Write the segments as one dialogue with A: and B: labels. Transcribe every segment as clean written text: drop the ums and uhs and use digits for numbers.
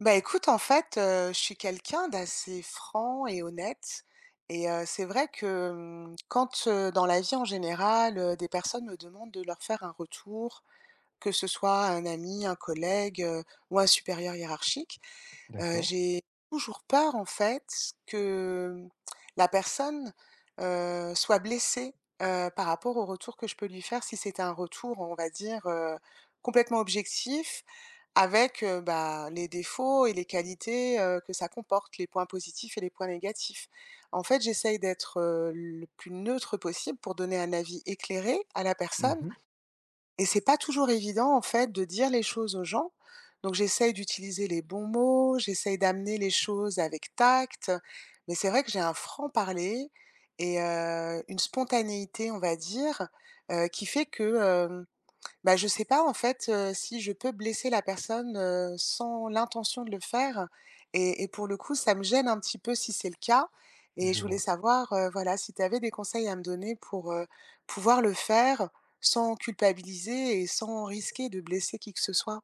A: Écoute, je suis quelqu'un d'assez franc et honnête c'est vrai que, mmh, quand, dans la vie en général, des personnes me demandent de leur faire un retour, que ce soit un ami, un collègue, ou un supérieur hiérarchique,
B: D'accord.
A: j'ai toujours peur, en fait, que la personne, soit blessée, par rapport au retour que je peux lui faire si c'était un retour, on va dire, complètement objectif avec, les défauts et les qualités, que ça comporte, les points positifs et les points négatifs. En fait, j'essaye d'être, le plus neutre possible pour donner un avis éclairé à la personne
B: Mmh.
A: et c'est pas toujours évident, en fait, de dire les choses aux gens. Donc j'essaye d'utiliser les bons mots, j'essaye d'amener les choses avec tact, mais c'est vrai que j'ai un franc-parler et une spontanéité, on va dire, qui fait que, je sais pas en fait, si je peux blesser la personne, sans l'intention de le faire et pour le coup, ça me gêne un petit peu si c'est le cas et
B: Je
A: je voulais
B: vois.
A: savoir, voilà, si tu avais des conseils à me donner pour, pouvoir le faire sans culpabiliser et sans risquer de blesser qui que ce soit?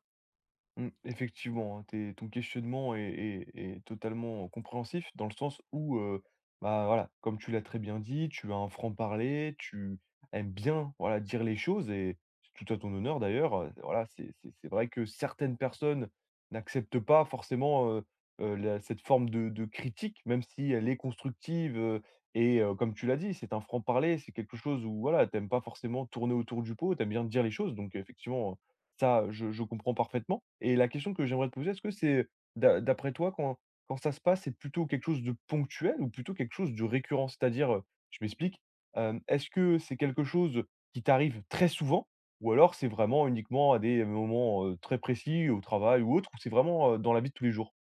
B: Mmh, effectivement, hein, tes ton questionnement est totalement compréhensif dans le sens où, bah, voilà, comme tu l'as très bien dit, tu as un franc-parler, tu aimes bien, voilà, dire les choses et c'est tout à ton honneur d'ailleurs, voilà, c'est vrai que certaines personnes n'acceptent pas forcément, la cette forme de critique, même si elle est constructive, et comme tu l'as dit, c'est un franc-parler, c'est quelque chose où, voilà, tu aimes pas forcément tourner autour du pot, tu aimes bien dire les choses donc effectivement, ça, je comprends parfaitement. Et la question que j'aimerais te poser, est-ce que c'est d'après toi, quand ça se passe, c'est plutôt quelque chose de ponctuel ou plutôt quelque chose de récurrent? C'est-à-dire, je m'explique, est-ce que c'est quelque chose qui t'arrive très souvent ou alors c'est vraiment uniquement à des moments, très précis, au travail ou autre, ou c'est vraiment, dans la vie de tous les jours?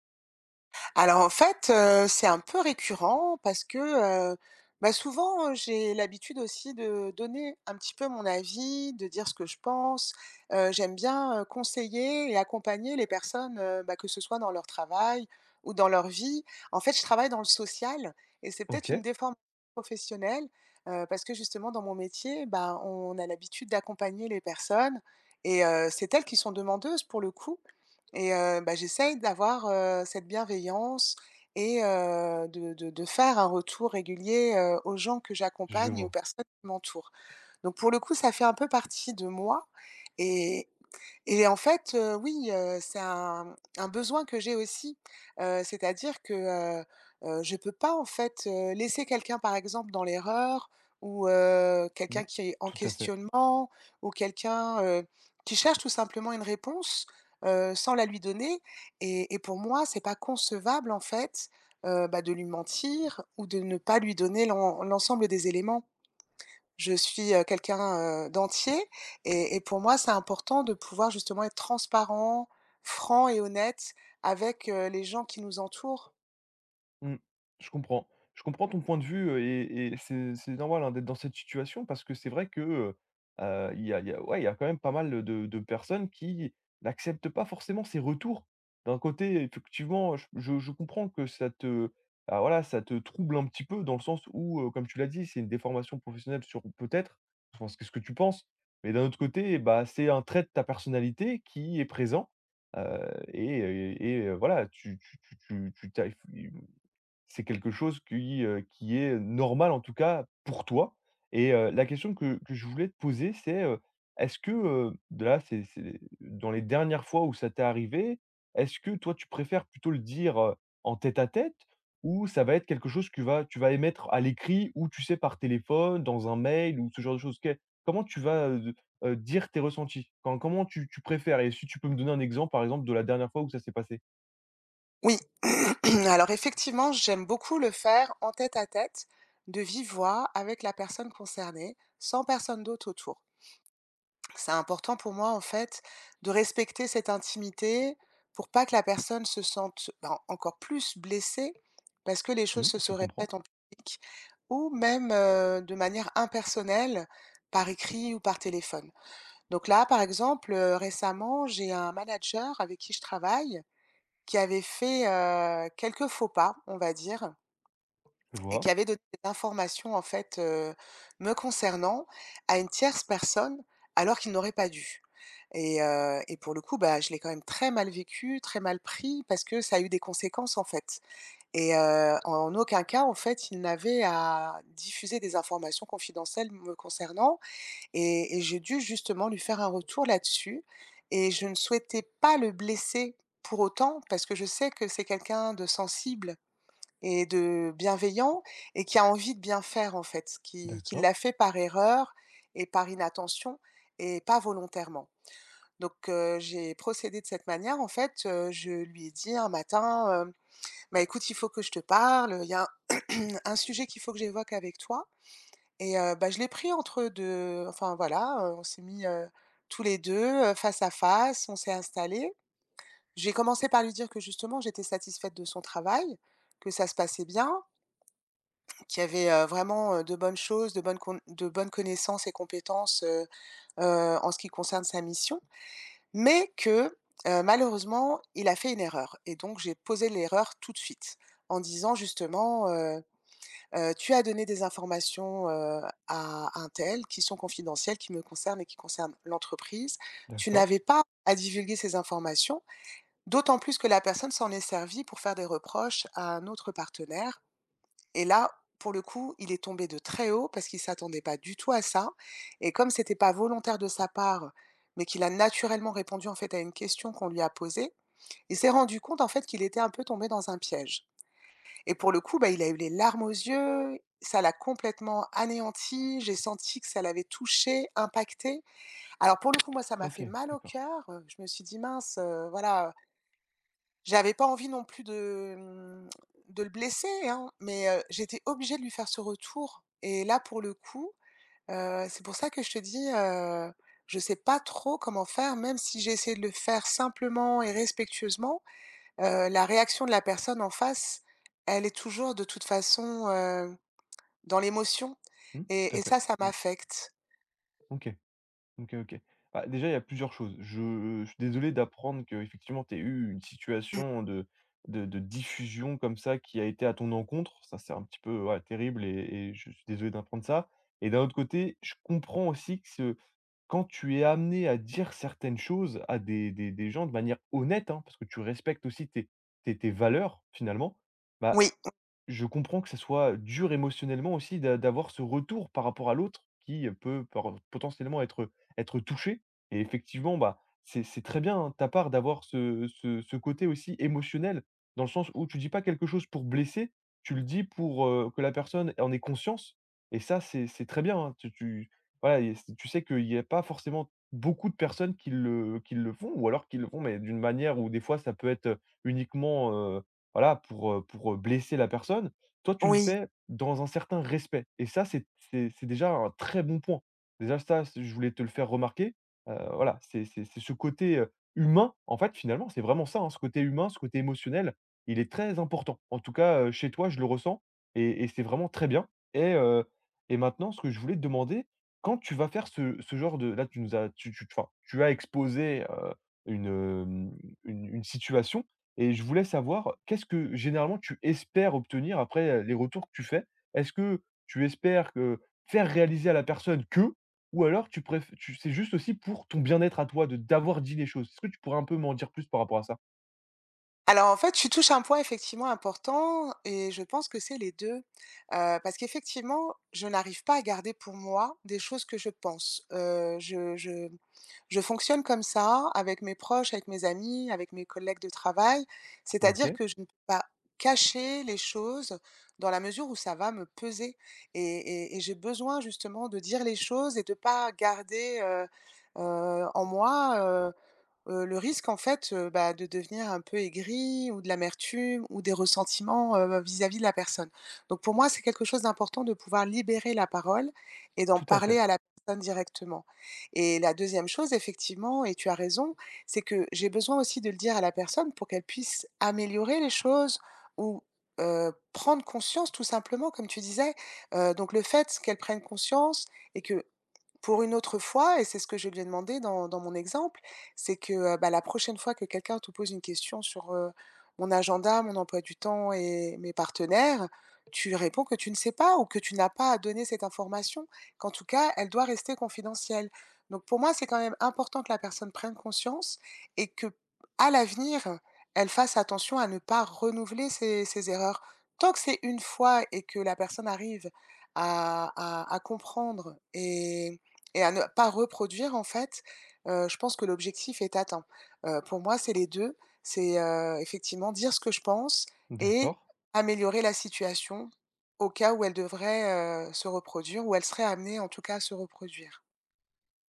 A: Alors en fait, c'est un peu récurrent parce que, heu, souvent, j'ai l'habitude aussi de donner un petit peu mon avis, de dire ce que je pense. J'aime bien, conseiller et accompagner les personnes, que ce soit dans leur travail ou dans leur vie. En fait, je travaille dans le social et c'est peut-être
B: OK,
A: une déformation professionnelle, parce que justement dans mon métier, bah, on a l'habitude d'accompagner les personnes et c'est elles qui sont demandeuses pour le coup. Et j'essaye d'avoir, cette bienveillance et de faire un retour régulier, aux gens que
B: je
A: j'accompagne et aux
B: vois.
A: personnes qui m'entourent. Donc pour le coup, ça fait un peu partie de moi et et en fait, oui, c'est un besoin que j'ai aussi, c'est-à-dire que, heu je peux pas en fait, laisser quelqu'un par exemple dans l'erreur ou,
B: Mmh,
A: quelqu'un qui est en
B: tout à fait.
A: questionnement ou quelqu'un, qui cherche tout simplement une réponse, sans la lui donner et pour moi, c'est pas concevable en fait, de lui mentir ou de ne pas lui donner l'ensemble des éléments. Je suis quelqu'un d'entier et pour moi c'est important de pouvoir justement être transparent, franc et honnête avec les gens qui nous entourent.
B: Mmh. Je comprends. Je comprends ton point de vue, et c'est normal, hein, d'être dans cette situation parce que c'est vrai que, il y a ouais, il y a quand même pas mal, de personnes qui n'acceptent pas forcément ces retours. D'un côté, effectivement, je comprends que ça te bah, voilà, ça te trouble un petit peu dans le sens où, comme tu l'as dit, c'est une déformation professionnelle sur peut-être, je pense que ce que tu penses, mais d'un autre côté, bah, c'est un trait de ta personnalité qui est présent, et voilà, tu c'est quelque chose qui est normal, en tout cas, pour toi. Et la question que je voulais te poser, c'est, est-ce que, de là, c'est dans les dernières fois où ça t'est arrivé, est-ce que toi, tu préfères plutôt le dire, en tête-à-tête ou ça va être quelque chose que va tu vas émettre à l'écrit ou tu sais, par téléphone, dans un mail ou ce genre de choses? Quel comment tu vas, de dire tes ressentis? Quand comment tu préfères et si tu peux me donner un exemple, par exemple, de la dernière fois où ça s'est passé?
A: Oui, alors effectivement, j'aime beaucoup le faire en tête-à-tête, de vive voix avec la personne concernée, sans personne d'autre autour. C'est important pour moi, en fait, de respecter cette intimité pour pas que la personne se sente, ben, encore plus blessée parce que les choses
B: Mmh,
A: se
B: je
A: se
B: comprends,
A: répètent en public ou même, de manière impersonnelle, par écrit ou par téléphone. Donc là, par exemple, récemment, j'ai un manager avec qui je travaille qui avait fait, quelques faux pas, on va dire,
B: je
A: et
B: vois,
A: qui avait donné des informations en fait, me concernant à une tierce personne, alors qu'il n'aurait pas dû, et pour le coup, bah, je l'ai quand même très mal vécu, très mal pris parce que ça a eu des conséquences, en fait, et en aucun cas, en fait, il n'avait à diffuser des informations confidentielles me concernant et j'ai dû justement lui faire un retour là-dessus et je ne souhaitais pas le blesser pour autant, parce que je sais que c'est quelqu'un de sensible et de bienveillant et qui a envie de bien faire en fait, qui l'a
B: d'accord.
A: fait par erreur et par inattention et pas volontairement. Donc j'ai procédé de cette manière en fait, je lui ai dit un matin, «Bah écoute, il faut que je te parle, il y a un un sujet qu'il faut que j'évoque avec toi». Et je l'ai pris entre deux, enfin voilà, on s'est mis, tous les deux, face à face, on s'est installés. J'ai commencé par lui dire que justement j'étais satisfaite de son travail, que ça se passait bien, qu'il y avait, vraiment, de bonnes choses, de bonnes connaissances et compétences, en ce qui concerne sa mission, mais que, malheureusement, il a fait une erreur et donc j'ai posé l'erreur tout de suite en disant justement: Tu as donné des informations, à untel, qui sont confidentielles, qui me concernent et qui concernent l'entreprise. Tu
B: D'accord.
A: n'avais pas à divulguer ces informations, d'autant plus que la personne s'en est servie pour faire des reproches à un autre partenaire». Et là, pour le coup, il est tombé de très haut parce qu'il ne s'attendait pas du tout à ça, et comme c'était pas volontaire de sa part, mais qu'il a naturellement répondu, en fait, à une question qu'on lui a posée, il s'est rendu compte, en fait, qu'il était un peu tombé dans un piège. Et pour le coup, bah, il a eu les larmes aux yeux, ça l'a complètement anéanti, j'ai senti que ça l'avait touché, impacté. Alors pour le coup, moi, ça m'a
B: OK,
A: fait mal au
B: d'accord.
A: cœur, je me suis dit: «Mince, voilà, j'avais pas envie non plus de, de le blesser, hein, mais j'étais obligée de lui faire ce retour». Et là, pour le coup, c'est pour ça que je te dis, je sais pas trop comment faire. Même si j'ai essayé de le faire simplement et respectueusement, la réaction de la personne en face, elle est toujours de toute façon, dans l'émotion,
B: Mmh, tout
A: et
B: à
A: et
B: fait.
A: ça, ça
B: Mmh.
A: m'affecte.
B: OK, OK, OK. Bah, déjà, il y a plusieurs choses. Je suis désolé d'apprendre qu'effectivement tu aies eu une situation de de diffusion comme ça qui a été à ton encontre. Ça, c'est un petit peu, ouais, terrible et je suis désolé d'apprendre ça, et d'un autre côté, je comprends aussi que ce quand tu es amené à dire certaines choses à des gens de manière honnête, hein, parce que tu respectes aussi tes valeurs, finalement, bah,
A: Oui,
B: je comprends que ça soit dur émotionnellement aussi d'avoir ce retour par rapport à l'autre qui, peut par potentiellement être être touché. Et effectivement, bah, c'est très bien hein, de ta part d'avoir ce côté aussi émotionnel, dans le sens où tu dis pas quelque chose pour blesser, tu le dis pour, que la personne en ait conscience et ça, c'est très bien, hein. Tu tu voilà et c tu sais qu'il n'y a pas forcément beaucoup de personnes qui le font ou alors qui le font, mais d'une manière où des fois ça peut être, uniquement, voilà, pour, blesser la personne. Toi, tu le
A: oui.
B: fais dans un certain respect et ça, c'est c'est déjà un très bon point. Déjà ça, c je voulais te le faire remarquer, voilà, c'est c'est ce côté, humain, en fait, finalement, c'est vraiment ça, hein, ce côté humain, ce côté émotionnel, il est très important. En tout cas, chez toi, je le ressens et c'est vraiment très bien. Et et maintenant, ce que je voulais te demander, quand tu vas faire ce genre de là, tu nous as tu enfin, tu as exposé, une, une situation. Et je voulais savoir, qu'est-ce que généralement tu espères obtenir après, les retours que tu fais? Est-ce que tu espères que faire réaliser à la personne que ou alors tu préfères, tu c'est juste aussi pour ton bien-être à toi de d'avoir dit les choses? Est-ce que tu pourrais un peu m'en dire plus par rapport à ça?
A: Alors en fait, tu touches un point effectivement important et je pense que c'est les deux, parce qu'effectivement, je n'arrive pas à garder pour moi des choses que je pense. Je je fonctionne comme ça avec mes proches, avec mes amis, avec mes collègues de travail. C'est-à-dire
B: OK,
A: que je ne peux pas cacher les choses dans la mesure où ça va me peser et j'ai besoin justement de dire les choses et de pas garder, en moi, le risque en fait, de devenir un peu aigri ou de l'amertume ou des ressentiments, vis-à-vis de la personne. Donc pour moi, c'est quelque chose d'important de pouvoir libérer la parole et d'en
B: tout à
A: parler
B: fait.
A: à la personne directement. Et la deuxième chose effectivement, et tu as raison, c'est que j'ai besoin aussi de le dire à la personne pour qu'elle puisse améliorer les choses ou, prendre conscience tout simplement comme tu disais. Donc le fait qu'elle prenne conscience et que, pour une autre fois, et c'est ce que je lui ai demandé dans mon exemple, c'est que, la prochaine fois que quelqu'un te pose une question sur, mon agenda, mon emploi du temps et mes partenaires, tu réponds que tu ne sais pas ou que tu n'as pas à donner cette information, qu'en tout cas, elle doit rester confidentielle. Donc pour moi, c'est quand même important que la personne prenne conscience et que, à l'avenir, elle fasse attention à ne pas renouveler ses erreurs. Tant que c'est une fois et que la personne arrive à comprendre et à ne pas reproduire en fait, je pense que l'objectif est atteint. Pour moi, c'est les 2, c'est, effectivement dire ce que je pense
B: D'accord.
A: et améliorer la situation au cas où elle devrait, se reproduire, où elle serait amenée en tout cas à se reproduire.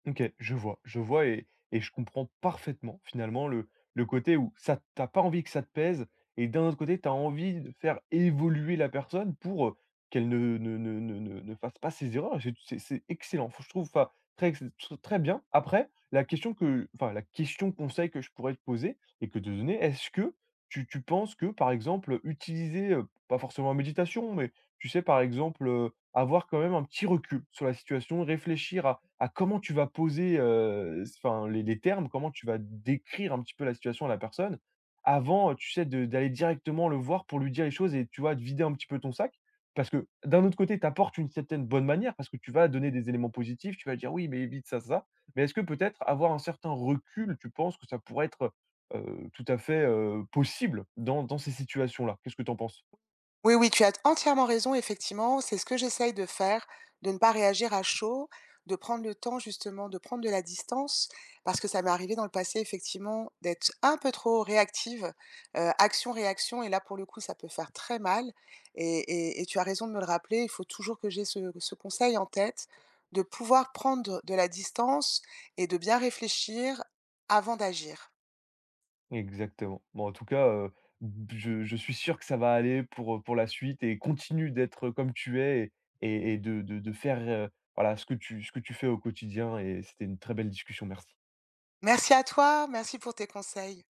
B: OK, je vois et je comprends parfaitement finalement le côté où ça t'as pas envie que ça te pèse et d'un autre côté, tu as envie de faire évoluer la personne pour, qu'elle ne fasse pas ses erreurs. C'est c'est excellent. Faut je trouve enfin très ex tr très bien. Après, la question que enfin la question conseil que je pourrais te poser et que te donner, est-ce que tu penses que, par exemple, utiliser, pas forcément la méditation, mais tu sais, par exemple, avoir quand même un petit recul sur la situation, réfléchir à comment tu vas poser, enfin les termes, comment tu vas décrire un petit peu la situation à la personne avant, tu sais, de d'aller directement le voir pour lui dire les choses et tu vois, de vider un petit peu ton sac. Parce que d'un autre côté, tu apportes une certaine bonne manière parce que tu vas donner des éléments positifs, tu vas dire: «Oui, mais évite ça, ça, ça». Mais est-ce que peut-être avoir un certain recul, tu penses que ça pourrait être, tout à fait, possible dans dans ces situations-là? Qu'est-ce que tu en penses?
A: Oui, oui, tu as entièrement raison, effectivement. C'est ce que j'essaye de faire, de ne pas réagir à chaud, de prendre le temps justement, de prendre de la distance, parce que ça m'est arrivé dans le passé, effectivement, d'être un peu trop réactive, action, réaction, et là, pour le coup, ça peut faire très mal. Et, et tu as raison de me le rappeler, il faut toujours que j'ai ce, ce conseil en tête, de pouvoir prendre de la distance et de bien réfléchir avant d'agir.
B: Exactement. Bon, en tout cas, b je suis sûr que ça va aller pour la suite et continue d'être comme tu es et de faire, voilà, ce que tu fais au quotidien et c'était une très belle discussion. Merci.
A: Merci à toi, merci pour tes conseils.